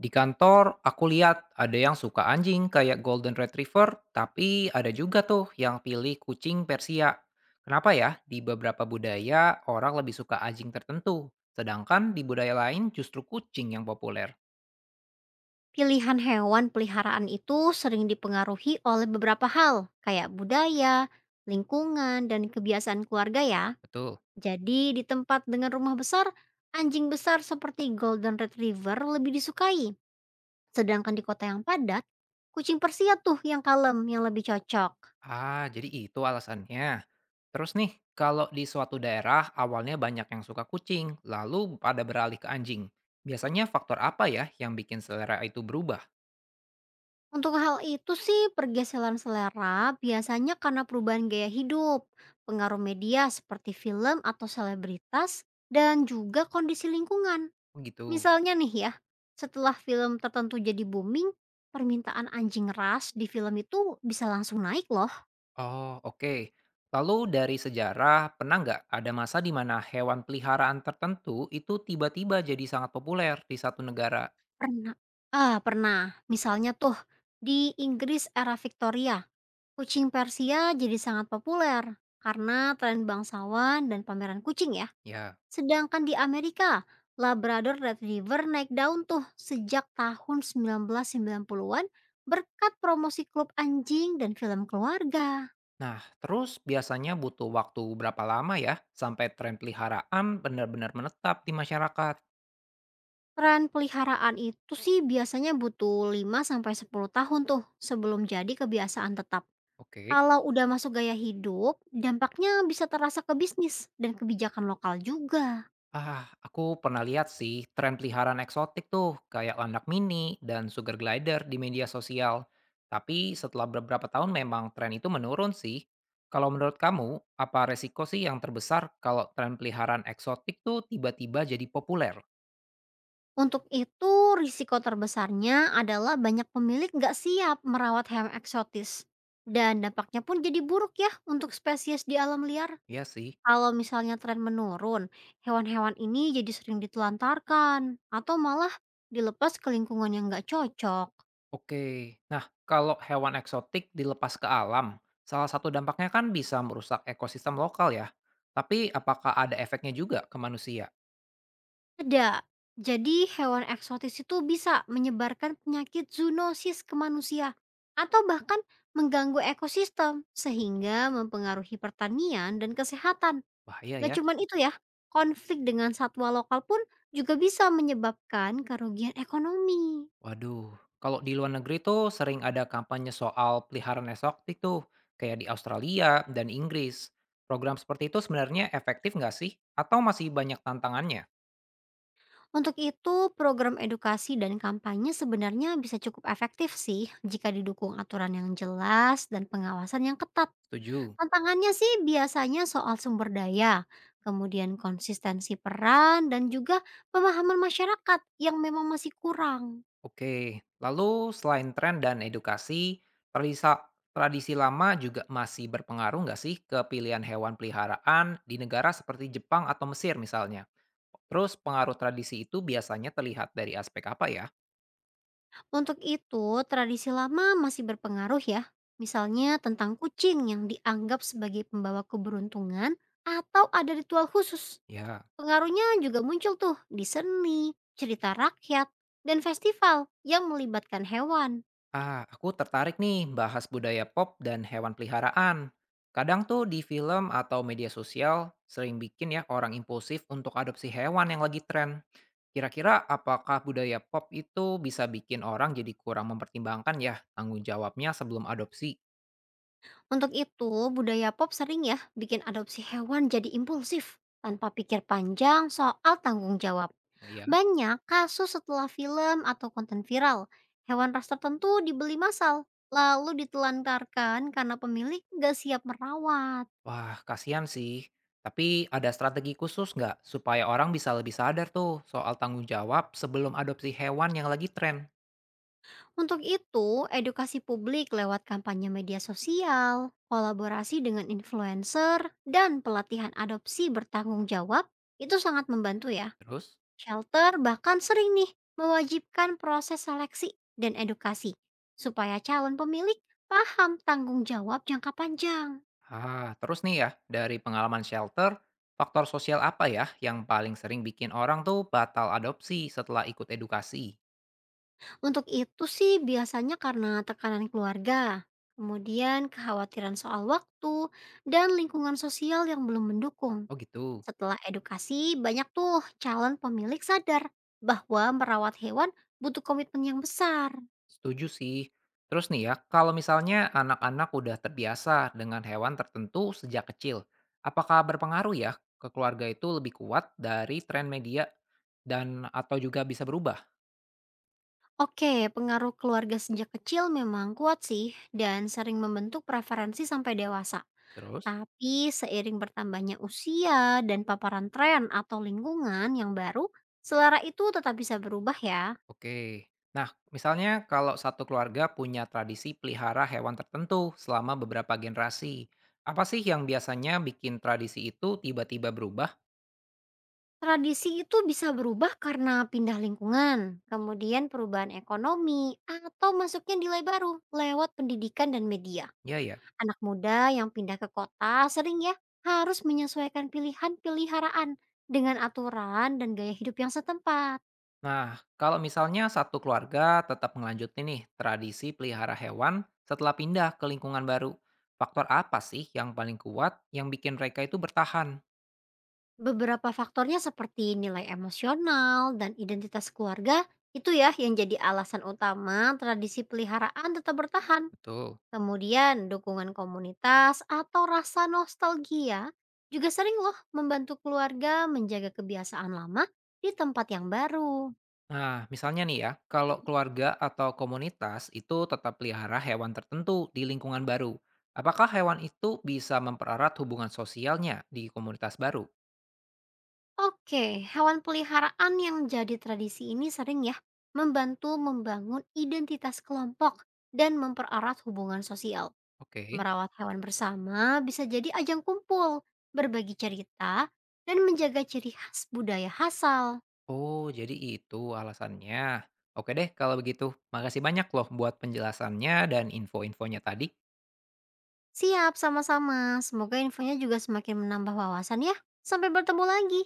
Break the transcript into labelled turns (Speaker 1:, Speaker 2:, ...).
Speaker 1: Di kantor, aku lihat ada yang suka anjing kayak Golden Retriever, tapi ada juga tuh yang pilih kucing Persia. Kenapa ya di beberapa budaya orang lebih suka anjing tertentu, sedangkan di budaya lain justru kucing yang populer?
Speaker 2: Pilihan hewan peliharaan itu sering dipengaruhi oleh beberapa hal, kayak budaya, lingkungan, dan kebiasaan keluarga ya.
Speaker 1: Betul.
Speaker 2: Jadi di tempat dengan rumah besar, anjing besar seperti Golden Retriever lebih disukai. Sedangkan di kota yang padat, kucing Persia tuh yang kalem, yang lebih cocok.
Speaker 1: Ah, jadi itu alasannya. Terus nih, kalau di suatu daerah awalnya banyak yang suka kucing, lalu pada beralih ke anjing. Biasanya faktor apa ya yang bikin selera itu berubah?
Speaker 2: Untuk hal itu sih pergeseran selera biasanya karena perubahan gaya hidup, pengaruh media seperti film atau selebritas, dan juga kondisi lingkungan.
Speaker 1: Oh gitu.
Speaker 2: Misalnya nih ya, setelah film tertentu jadi booming, permintaan anjing ras di film itu bisa langsung naik loh.
Speaker 1: Oh, oke. Lalu dari sejarah, pernah nggak ada masa di mana hewan peliharaan tertentu itu tiba-tiba jadi sangat populer di satu negara?
Speaker 2: Pernah Pernah. Misalnya tuh, di Inggris era Victoria, kucing Persia jadi sangat populer karena tren bangsawan dan pameran kucing ya.
Speaker 1: Ya.
Speaker 2: Sedangkan di Amerika, Labrador Retriever naik daun tuh sejak tahun 1990-an berkat promosi klub anjing dan film keluarga.
Speaker 1: Nah, terus biasanya butuh waktu berapa lama ya sampai tren peliharaan benar-benar menetap di masyarakat?
Speaker 2: Tren peliharaan itu sih biasanya butuh 5 sampai 10 tahun tuh sebelum jadi kebiasaan tetap.
Speaker 1: Oke.
Speaker 2: Kalau udah masuk gaya hidup, dampaknya bisa terasa ke bisnis dan kebijakan lokal juga.
Speaker 1: Ah, aku pernah lihat sih tren peliharaan eksotik tuh kayak landak mini dan sugar glider di media sosial. Tapi setelah beberapa tahun memang tren itu menurun sih. Kalau menurut kamu, apa resiko sih yang terbesar kalau tren peliharaan eksotik tuh tiba-tiba jadi populer?
Speaker 2: Untuk itu, risiko terbesarnya adalah banyak pemilik nggak siap merawat hewan eksotis. Dan dampaknya pun jadi buruk ya untuk spesies di alam liar.
Speaker 1: Iya sih.
Speaker 2: Kalau misalnya tren menurun, hewan-hewan ini jadi sering ditelantarkan atau malah dilepas ke lingkungan yang nggak cocok.
Speaker 1: Oke. Nah, kalau hewan eksotik dilepas ke alam, salah satu dampaknya kan bisa merusak ekosistem lokal ya. Tapi apakah ada efeknya juga ke manusia?
Speaker 2: Ada. Jadi hewan eksotis itu bisa menyebarkan penyakit zoonosis ke manusia atau bahkan mengganggu ekosistem sehingga mempengaruhi pertanian dan kesehatan.
Speaker 1: Bahaya
Speaker 2: Gak
Speaker 1: ya.
Speaker 2: cuman itu ya, konflik dengan satwa lokal pun juga bisa menyebabkan kerugian ekonomi.
Speaker 1: Waduh, kalau di luar negeri tuh sering ada kampanye soal peliharaan eksotik tuh, kayak di Australia dan Inggris. Program seperti itu sebenarnya efektif nggak sih? Atau masih banyak tantangannya?
Speaker 2: Untuk itu, program edukasi dan kampanye sebenarnya bisa cukup efektif sih jika didukung aturan yang jelas dan pengawasan yang ketat.
Speaker 1: Setuju.
Speaker 2: Tantangannya sih biasanya soal sumber daya, kemudian konsistensi peran, dan juga pemahaman masyarakat yang memang masih kurang.
Speaker 1: Oke, lalu selain tren dan edukasi, tradisi, tradisi lama juga masih berpengaruh nggak sih ke pilihan hewan peliharaan di negara seperti Jepang atau Mesir misalnya? Terus pengaruh tradisi itu biasanya terlihat dari aspek apa ya?
Speaker 2: Untuk itu, tradisi lama masih berpengaruh ya. Misalnya tentang kucing yang dianggap sebagai pembawa keberuntungan atau ada ritual khusus.
Speaker 1: Ya.
Speaker 2: Pengaruhnya juga muncul tuh di seni, cerita rakyat, dan festival yang melibatkan hewan.
Speaker 1: Ah, aku tertarik nih bahas budaya pop dan hewan peliharaan. Kadang tuh di film atau media sosial sering bikin ya orang impulsif untuk adopsi hewan yang lagi tren. Kira-kira apakah budaya pop itu bisa bikin orang jadi kurang mempertimbangkan ya tanggung jawabnya sebelum adopsi?
Speaker 2: Untuk itu, budaya pop sering ya bikin adopsi hewan jadi impulsif tanpa pikir panjang soal tanggung jawab.
Speaker 1: Nah, ya.
Speaker 2: Banyak kasus setelah film atau konten viral, hewan ras tertentu dibeli massal lalu ditelantarkan karena pemilik nggak siap merawat.
Speaker 1: Wah, kasihan sih. Tapi ada strategi khusus nggak supaya orang bisa lebih sadar tuh soal tanggung jawab sebelum adopsi hewan yang lagi tren?
Speaker 2: Untuk itu, edukasi publik lewat kampanye media sosial, kolaborasi dengan influencer, dan pelatihan adopsi bertanggung jawab itu sangat membantu ya.
Speaker 1: Terus?
Speaker 2: Shelter bahkan sering nih mewajibkan proses seleksi dan edukasi supaya calon pemilik paham tanggung jawab jangka panjang.
Speaker 1: Ah, terus nih ya, dari pengalaman shelter, faktor sosial apa ya yang paling sering bikin orang tuh batal adopsi setelah ikut edukasi?
Speaker 2: Untuk itu sih biasanya karena tekanan keluarga, kemudian kekhawatiran soal waktu dan lingkungan sosial yang belum mendukung.
Speaker 1: Oh gitu,
Speaker 2: Setelah edukasi, banyak tuh calon pemilik sadar bahwa merawat hewan butuh komitmen yang besar.
Speaker 1: setuju sih. Terus nih ya, kalau misalnya anak-anak udah terbiasa dengan hewan tertentu sejak kecil, apakah berpengaruh ya ke keluarga itu lebih kuat dari tren media dan atau juga bisa berubah?
Speaker 2: Oke, pengaruh keluarga sejak kecil memang kuat sih dan sering membentuk preferensi sampai dewasa.
Speaker 1: Terus?
Speaker 2: Tapi seiring bertambahnya usia dan paparan tren atau lingkungan yang baru, selera itu tetap bisa berubah ya.
Speaker 1: Oke. Nah, misalnya kalau satu keluarga punya tradisi pelihara hewan tertentu selama beberapa generasi, apa sih yang biasanya bikin tradisi itu tiba-tiba berubah?
Speaker 2: Tradisi itu bisa berubah karena pindah lingkungan, kemudian perubahan ekonomi, atau masuknya nilai baru lewat pendidikan dan media.
Speaker 1: Ya ya.
Speaker 2: Anak muda yang pindah ke kota sering ya harus menyesuaikan pilihan peliharaan dengan aturan dan gaya hidup yang setempat.
Speaker 1: Nah, kalau misalnya satu keluarga tetap ngelanjutin nih tradisi pelihara hewan setelah pindah ke lingkungan baru, faktor apa sih yang paling kuat yang bikin mereka itu bertahan?
Speaker 2: Beberapa faktornya seperti nilai emosional dan identitas keluarga itu ya yang jadi alasan utama tradisi peliharaan tetap bertahan.
Speaker 1: Betul.
Speaker 2: Kemudian dukungan komunitas atau rasa nostalgia juga sering loh membantu keluarga menjaga kebiasaan lama di tempat yang baru.
Speaker 1: Nah, misalnya nih ya, kalau keluarga atau komunitas itu tetap pelihara hewan tertentu di lingkungan baru, apakah hewan itu bisa mempererat hubungan sosialnya di komunitas baru?
Speaker 2: Oke, hewan peliharaan yang jadi tradisi ini sering ya membantu membangun identitas kelompok dan mempererat hubungan sosial.
Speaker 1: Oke,
Speaker 2: Merawat hewan bersama bisa jadi ajang kumpul, berbagi cerita, dan menjaga ciri khas budaya asal.
Speaker 1: Oh, jadi itu alasannya. Oke deh, kalau begitu. Makasih banyak loh buat penjelasannya dan info-infonya tadi.
Speaker 2: Siap sama-sama, semoga infonya juga semakin menambah wawasan ya. Sampai bertemu lagi.